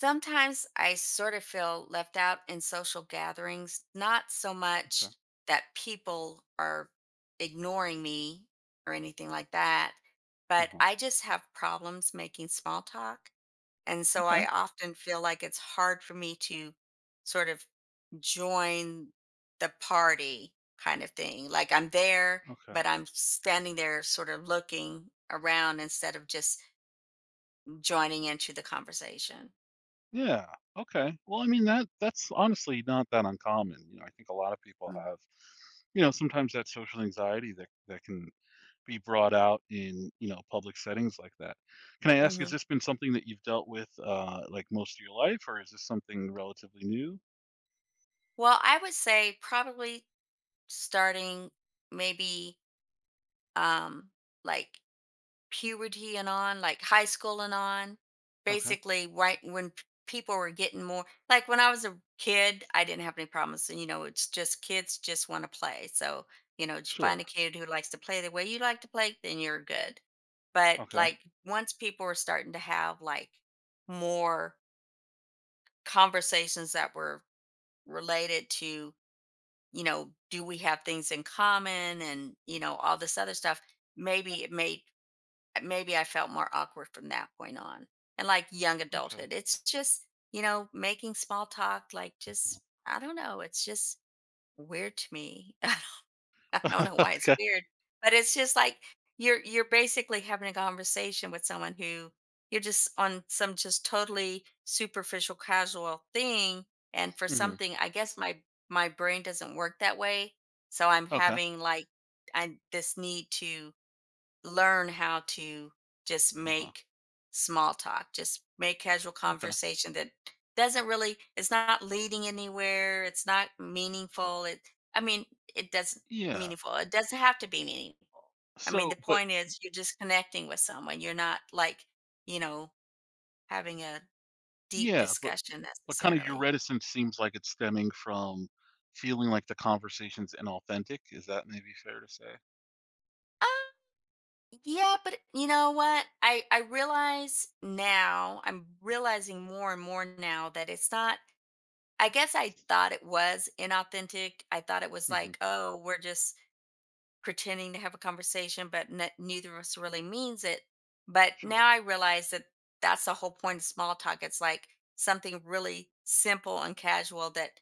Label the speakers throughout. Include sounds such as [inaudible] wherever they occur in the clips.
Speaker 1: Sometimes I sort of feel left out in social gatherings, not so
Speaker 2: Okay.
Speaker 1: much that people are ignoring me or anything like that, but
Speaker 2: Uh-huh.
Speaker 1: I just have problems making small talk. And so
Speaker 2: Okay.
Speaker 1: I often feel like it's hard for me to sort of join the party kind of thing. Like I'm there,
Speaker 2: Okay.
Speaker 1: but I'm standing there sort of looking around instead of just joining into the conversation.
Speaker 2: Yeah. Okay. Well, I mean that's honestly not that uncommon. You know, I think a lot of people have, sometimes that social anxiety that can be brought out in, you know, public settings like that. Can I ask, has
Speaker 1: Mm-hmm.
Speaker 2: this been something that you've dealt with like most of your life, or is this something relatively new?
Speaker 1: Well, I would say probably starting maybe um like puberty and on, like high school and on.
Speaker 2: Okay.
Speaker 1: Basically, right when people were getting more like when I was a kid, I didn't have any problems. And you know, it's just kids just want to play. So, you know, just find
Speaker 2: Sure.
Speaker 1: a kid who likes to play the way you like to play, then you're good. But
Speaker 2: Okay.
Speaker 1: like once people were starting to have like more conversations that were related to you know, do we have things in common and, you know, all this other stuff. Maybe it made, Maybe I felt more awkward from that point on. And like young
Speaker 2: Okay.
Speaker 1: adulthood, it's just, you know, making small talk, like just, I don't know, it's just weird to me. I don't know why it's
Speaker 2: [laughs] Okay.
Speaker 1: weird, but it's just like you're basically having a conversation with someone who you're just on some just totally superficial casual thing and for
Speaker 2: Hmm.
Speaker 1: something I guess my brain doesn't work that way. So I'm
Speaker 2: Okay.
Speaker 1: having like I this need to learn how to just
Speaker 2: Uh-huh.
Speaker 1: make small talk, just make casual
Speaker 2: Okay.
Speaker 1: conversation that doesn't really, it's not leading anywhere. It's not meaningful. I mean, it doesn't
Speaker 2: Yeah.
Speaker 1: meaningful. It doesn't have to be meaningful. I mean,
Speaker 2: So,
Speaker 1: the
Speaker 2: but
Speaker 1: point is you're just connecting with someone. You're not like, you know, having a deep
Speaker 2: yeah, but
Speaker 1: discussion
Speaker 2: But kind of your
Speaker 1: necessarily.
Speaker 2: reticence seems like it's stemming from feeling like the conversation's inauthentic. Is that maybe fair to say?
Speaker 1: Uh, yeah, but you know what? I realize now, I'm realizing more and more now that it's not I guess I thought it was inauthentic. I thought it was
Speaker 2: Hmm.
Speaker 1: like, oh, we're just pretending to have a conversation, but neither of us really means it. But now
Speaker 2: Sure.
Speaker 1: I realize that that's the whole point of small talk. It's like something really simple and casual that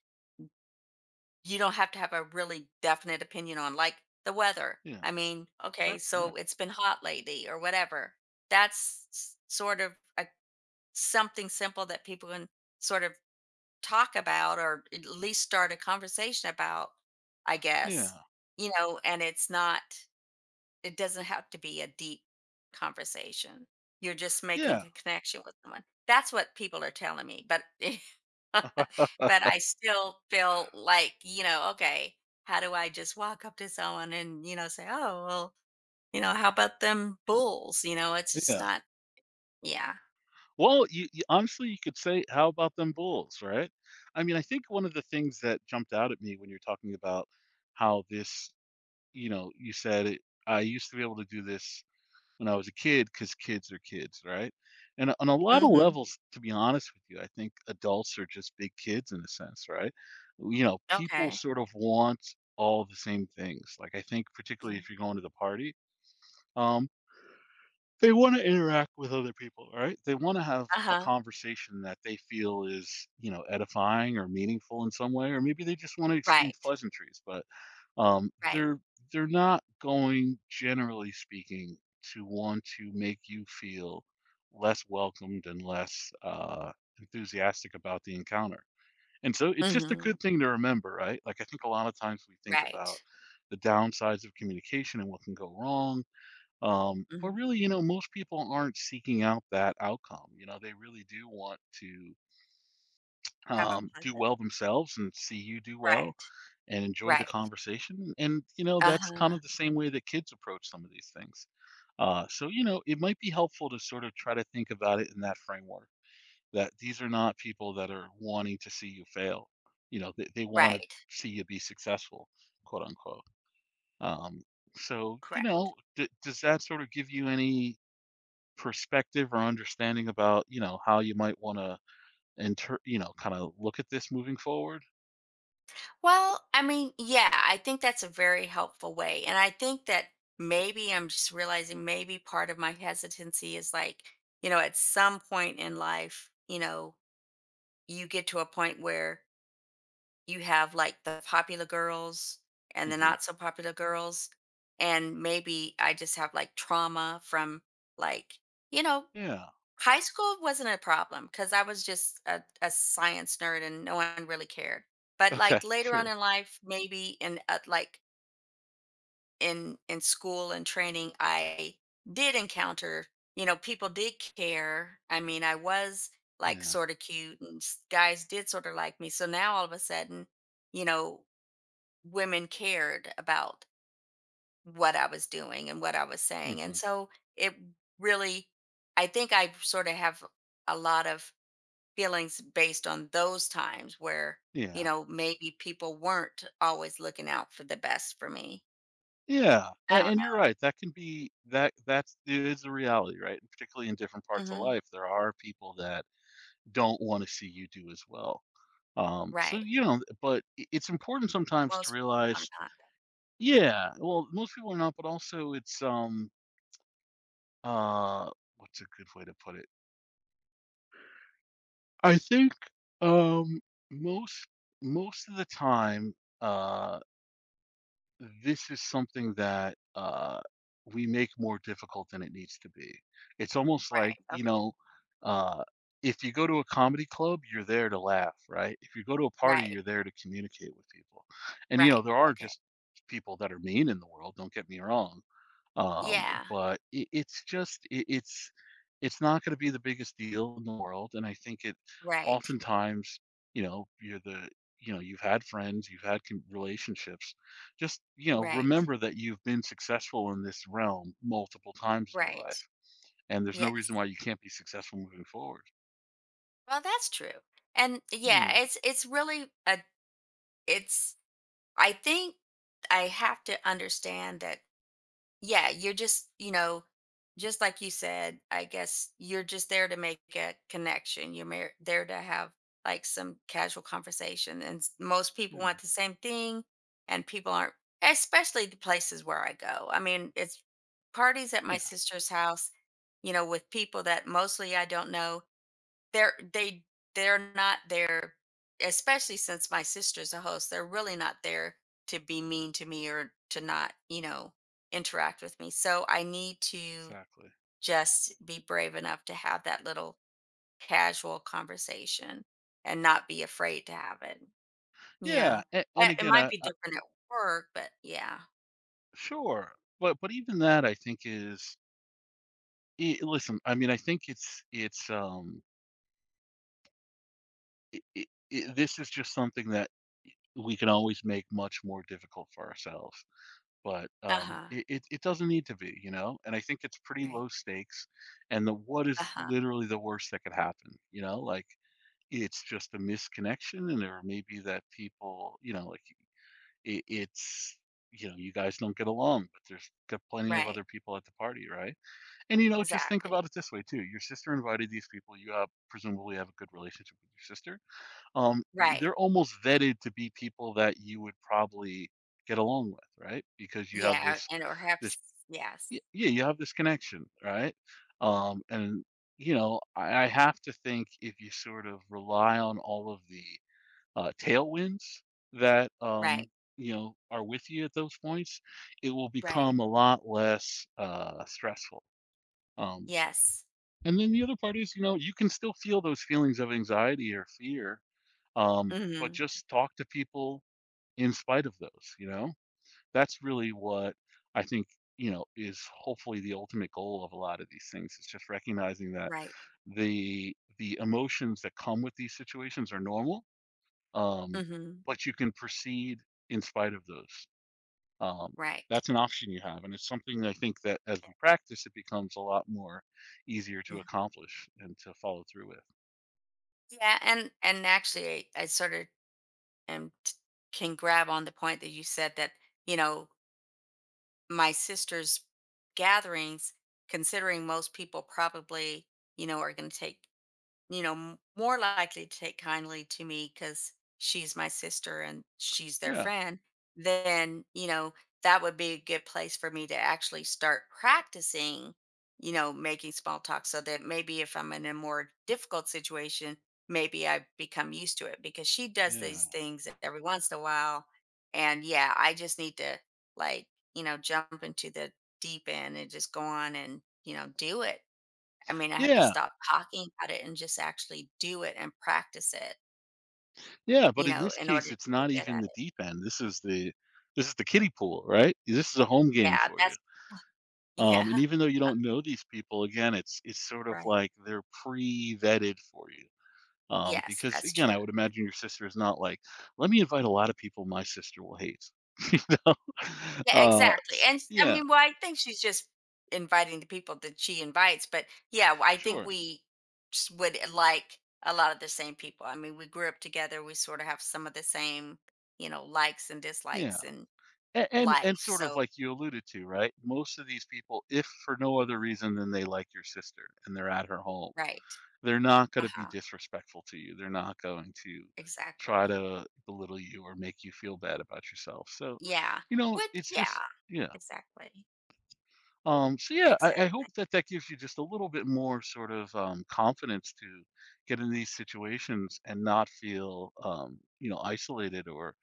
Speaker 1: you don't have to have a really definite opinion on, like the weather.
Speaker 2: Yeah.
Speaker 1: I mean, okay,
Speaker 2: Sure. Yeah.
Speaker 1: so it's been hot lately or whatever. That's s- sort of a, Something simple that people can sort of talk about or at least start a conversation about, I guess,
Speaker 2: Yeah.
Speaker 1: you know, and it's not, it doesn't have to be a deep conversation. You're just making
Speaker 2: Yeah.
Speaker 1: a connection with someone. That's what people are telling me. But, [laughs] but I still feel like, you know, okay, how do I just walk up to someone and, you know, say, oh, well, you know, how about them bulls? You know, it's just
Speaker 2: Yeah.
Speaker 1: not, yeah.
Speaker 2: Well, honestly, you could say, how about them Bulls, right? I mean, I think one of the things that jumped out at me when you're talking about how this, you know, you said, it, I used to be able to do this when I was a kid because kids are kids, right? And on a lot of
Speaker 1: Mm-hmm.
Speaker 2: levels, to be honest with you, I think adults are just big kids in a sense, right? You know, people
Speaker 1: Okay.
Speaker 2: sort of want all the same things. Like I think particularly if you're going to the party, um, they want to interact with other people, right? They want to have
Speaker 1: Uh
Speaker 2: a
Speaker 1: huh.
Speaker 2: conversation that they feel is, you know, edifying or meaningful in some way, or maybe they just want to exchange
Speaker 1: Right.
Speaker 2: pleasantries. But um,
Speaker 1: Right.
Speaker 2: they're they're not going, generally speaking, to want to make you feel less welcomed and less enthusiastic about the encounter. And so it's just a
Speaker 1: Mm-hmm.
Speaker 2: good thing to remember, right? Like I think a lot of times we think about
Speaker 1: Right.
Speaker 2: the downsides of communication and what can go wrong. But
Speaker 1: Mhm.
Speaker 2: really, you know, most people aren't seeking out that outcome. You know, they really do want to
Speaker 1: Have a
Speaker 2: do
Speaker 1: pleasant.
Speaker 2: well themselves and see you do well
Speaker 1: Right,
Speaker 2: and enjoy the
Speaker 1: right.
Speaker 2: conversation. And, you know, that's kind
Speaker 1: Uh-huh.
Speaker 2: of the same way that kids approach some of these things. So, you know, it might be helpful to sort of try to think about it in that framework that these are not people that are wanting to see you fail. You know, they want to
Speaker 1: Right,
Speaker 2: see you be successful, quote unquote. Um, so, you know,
Speaker 1: correct.
Speaker 2: does that sort of give you any perspective or understanding about, you know, how you might want to you know, kind of look at this moving forward?
Speaker 1: Well, I mean, yeah, I think that's a very helpful way, and I think that maybe I'm just realizing maybe part of my hesitancy is like, you know, at some point in life, you know, you get to a point where you have like the popular girls and the
Speaker 2: Hmm.
Speaker 1: not so popular girls, and maybe I just have like trauma from like, you know,
Speaker 2: Yeah.
Speaker 1: high school wasn't a problem because I was just a science nerd and no one really cared. But
Speaker 2: Okay.
Speaker 1: like
Speaker 2: [laughs]
Speaker 1: later on
Speaker 2: Sure.
Speaker 1: in life, maybe in like in school and training, I did encounter you know people did care. I mean, I was like
Speaker 2: Yeah.
Speaker 1: sort of cute and guys did sort of like me. So now all of a sudden, you know, women cared about what I was doing and what I was saying, and
Speaker 2: Hmm.
Speaker 1: so it really, I think I sort of have a lot of feelings based on those times where, you
Speaker 2: Yeah.
Speaker 1: know, maybe people weren't always looking out for the best for me.
Speaker 2: Yeah,
Speaker 1: I don't
Speaker 2: and
Speaker 1: know.
Speaker 2: you're right, that can be that that's it is the reality, right? And particularly in different parts of
Speaker 1: Mhm.
Speaker 2: life, there are people that don't wanna see you do as well. So,
Speaker 1: Right.
Speaker 2: you know, but I it's important sometimes to
Speaker 1: Most people are
Speaker 2: realize
Speaker 1: not.
Speaker 2: yeah, well, most people are not, but also it's, uh, what's a good way to put it? I think, um, most most of the time, uh this is something that, we make more difficult than it needs to be. It's almost
Speaker 1: Right.
Speaker 2: like, you
Speaker 1: Okay.
Speaker 2: know, uh, if you go to a comedy club, you're there to laugh, right? If you go to a party,
Speaker 1: Right.
Speaker 2: you're there to communicate with people. And, you
Speaker 1: Right.
Speaker 2: know, there are
Speaker 1: Okay.
Speaker 2: just people that are mean in the world, don't get me wrong.
Speaker 1: Yeah.
Speaker 2: But it's just it's not going to be the biggest deal in the world, and I think it
Speaker 1: Right.
Speaker 2: oftentimes, you know, you know you've had friends, you've had relationships. Just you know,
Speaker 1: Right.
Speaker 2: remember that you've been successful in this realm multiple times in your
Speaker 1: Right.
Speaker 2: life, and there's no
Speaker 1: Yes.
Speaker 2: reason why you can't be successful moving forward.
Speaker 1: Well, that's true. And yeah,
Speaker 2: Yeah,
Speaker 1: it's really a it's I think I have to understand that. Yeah, you're just, you know, just like you said, I guess you're just there to make a connection. You're there to have like some casual conversation. And most people
Speaker 2: yeah,
Speaker 1: want the same thing, and people aren't, especially the places where I go. I mean, it's parties at my
Speaker 2: yeah,
Speaker 1: sister's house, you know, with people that mostly I don't know. They they're not there especially since my sister's a host, they're really not there to be mean to me or to not, you know, interact with me. So I need to
Speaker 2: exactly.
Speaker 1: just be brave enough to have that little casual conversation and not be afraid to have it, you
Speaker 2: Yeah,
Speaker 1: know.
Speaker 2: and
Speaker 1: It
Speaker 2: again,
Speaker 1: might be different at work, but yeah.
Speaker 2: sure, but even that I think is I listen. I mean, I think it's it it it this is just something that we can always make much more difficult for ourselves, but,
Speaker 1: Uh-huh.
Speaker 2: it doesn't need to be, you know, and I think it's pretty
Speaker 1: Right.
Speaker 2: low stakes, and the what is
Speaker 1: Uh-huh.
Speaker 2: literally the worst that could happen, you know, like, it's just a misconnection and or maybe that people, you know, like, it it's you know, you guys don't get along, but there's got plenty of
Speaker 1: Right.
Speaker 2: other people at the party, right? And, you know, just think
Speaker 1: Exactly.
Speaker 2: about it this way too, your sister invited these people, you have presumably have a good relationship with your sister. Um,
Speaker 1: Right.
Speaker 2: they're almost vetted to be people that you would probably get along with, right? Because you have
Speaker 1: Yeah. And or
Speaker 2: this
Speaker 1: perhaps yes.
Speaker 2: yeah, you have this connection, right? And you know, I have to think if you sort of rely on all of the tailwinds that
Speaker 1: Right.
Speaker 2: you know are with you at those points, it will
Speaker 1: Right.
Speaker 2: become a lot less stressful. Um,
Speaker 1: Yes.
Speaker 2: and then the other part is, you know, you can still feel those feelings of anxiety or fear, but
Speaker 1: Mhm.
Speaker 2: just talk to people in spite of those, you know, that's really what I think, you know, is hopefully the ultimate goal of a lot of these things. It's just recognizing that
Speaker 1: Right.
Speaker 2: the emotions that come with these situations are normal, um,
Speaker 1: Mhm.
Speaker 2: but you can proceed in spite of those, um,
Speaker 1: Right.
Speaker 2: that's an option you have and it's something I think that as we practice it becomes a lot more easier to
Speaker 1: Yeah.
Speaker 2: accomplish and to follow through with.
Speaker 1: Yeah, and actually I sort of am t- can grab on the point that you said that, you know, my sister's gatherings, considering most people probably, you know, are going to take you know, more likely to take kindly to me because she's my sister and she's their
Speaker 2: Yeah,
Speaker 1: friend, then, you know, that would be a good place for me to actually start practicing, you know, making small talk so that maybe if I'm in a more difficult situation, maybe I become used to it because she does
Speaker 2: yeah,
Speaker 1: these things every once in a while. And yeah, I just need to like, you know, jump into the deep end and just go on and, you know, do it. I mean, I have to
Speaker 2: yeah.
Speaker 1: stop talking about it and just actually do it and practice it,
Speaker 2: Yeah,
Speaker 1: you
Speaker 2: but in
Speaker 1: know,
Speaker 2: this
Speaker 1: in order
Speaker 2: case,
Speaker 1: to
Speaker 2: it's
Speaker 1: get
Speaker 2: not
Speaker 1: good at
Speaker 2: even the
Speaker 1: it.
Speaker 2: deep end. This is the kiddie pool, right? This is a home game
Speaker 1: Yeah,
Speaker 2: for you.
Speaker 1: that's
Speaker 2: And
Speaker 1: yeah,
Speaker 2: even though you don't know these people, again, it's sort of
Speaker 1: [laughs] right.
Speaker 2: like they're pre-vetted for you.
Speaker 1: Yes,
Speaker 2: Because
Speaker 1: that's
Speaker 2: again,
Speaker 1: true.
Speaker 2: I would imagine your sister is not like, let me invite a lot of people my sister will hate. [laughs] You know?
Speaker 1: Yeah, exactly. And s I
Speaker 2: Yeah,
Speaker 1: mean, well, I think she's just inviting the people that she invites, but yeah, w I think
Speaker 2: sure.
Speaker 1: we s would eh, like a lot of the same people. I mean, we grew up together, we sorta have some of the same, you know, likes and
Speaker 2: Yeah.
Speaker 1: dislikes in
Speaker 2: And
Speaker 1: life,
Speaker 2: sort of
Speaker 1: so
Speaker 2: like you alluded to, right? Most of these people, if for no other reason than they like your sister and they're at her home,
Speaker 1: right.
Speaker 2: they're not gonna be
Speaker 1: Uh-huh,
Speaker 2: disrespectful to you. They're not going to try
Speaker 1: exactly.
Speaker 2: to belittle you or make you feel bad about yourself. So,
Speaker 1: Yeah,
Speaker 2: you know,
Speaker 1: which
Speaker 2: it's
Speaker 1: yeah,
Speaker 2: just yeah.
Speaker 1: exactly.
Speaker 2: So yeah, I hope
Speaker 1: Exactly.
Speaker 2: that that gives you just a little bit more sort of confidence to get in these situations and not feel, you know, isolated or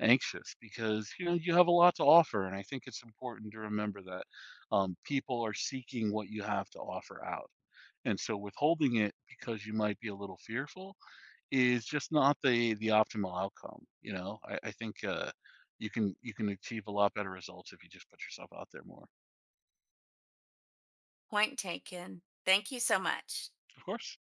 Speaker 2: anxious because you know you have a lot to offer, and I think it's important to remember that, people are seeking what you have to offer out. And so withholding it because you might be a little fearful is just not the optimal outcome, you know? I think, you can achieve a lot better results if you just put yourself out there more.
Speaker 1: Point taken. Thank you so much.
Speaker 2: Of course.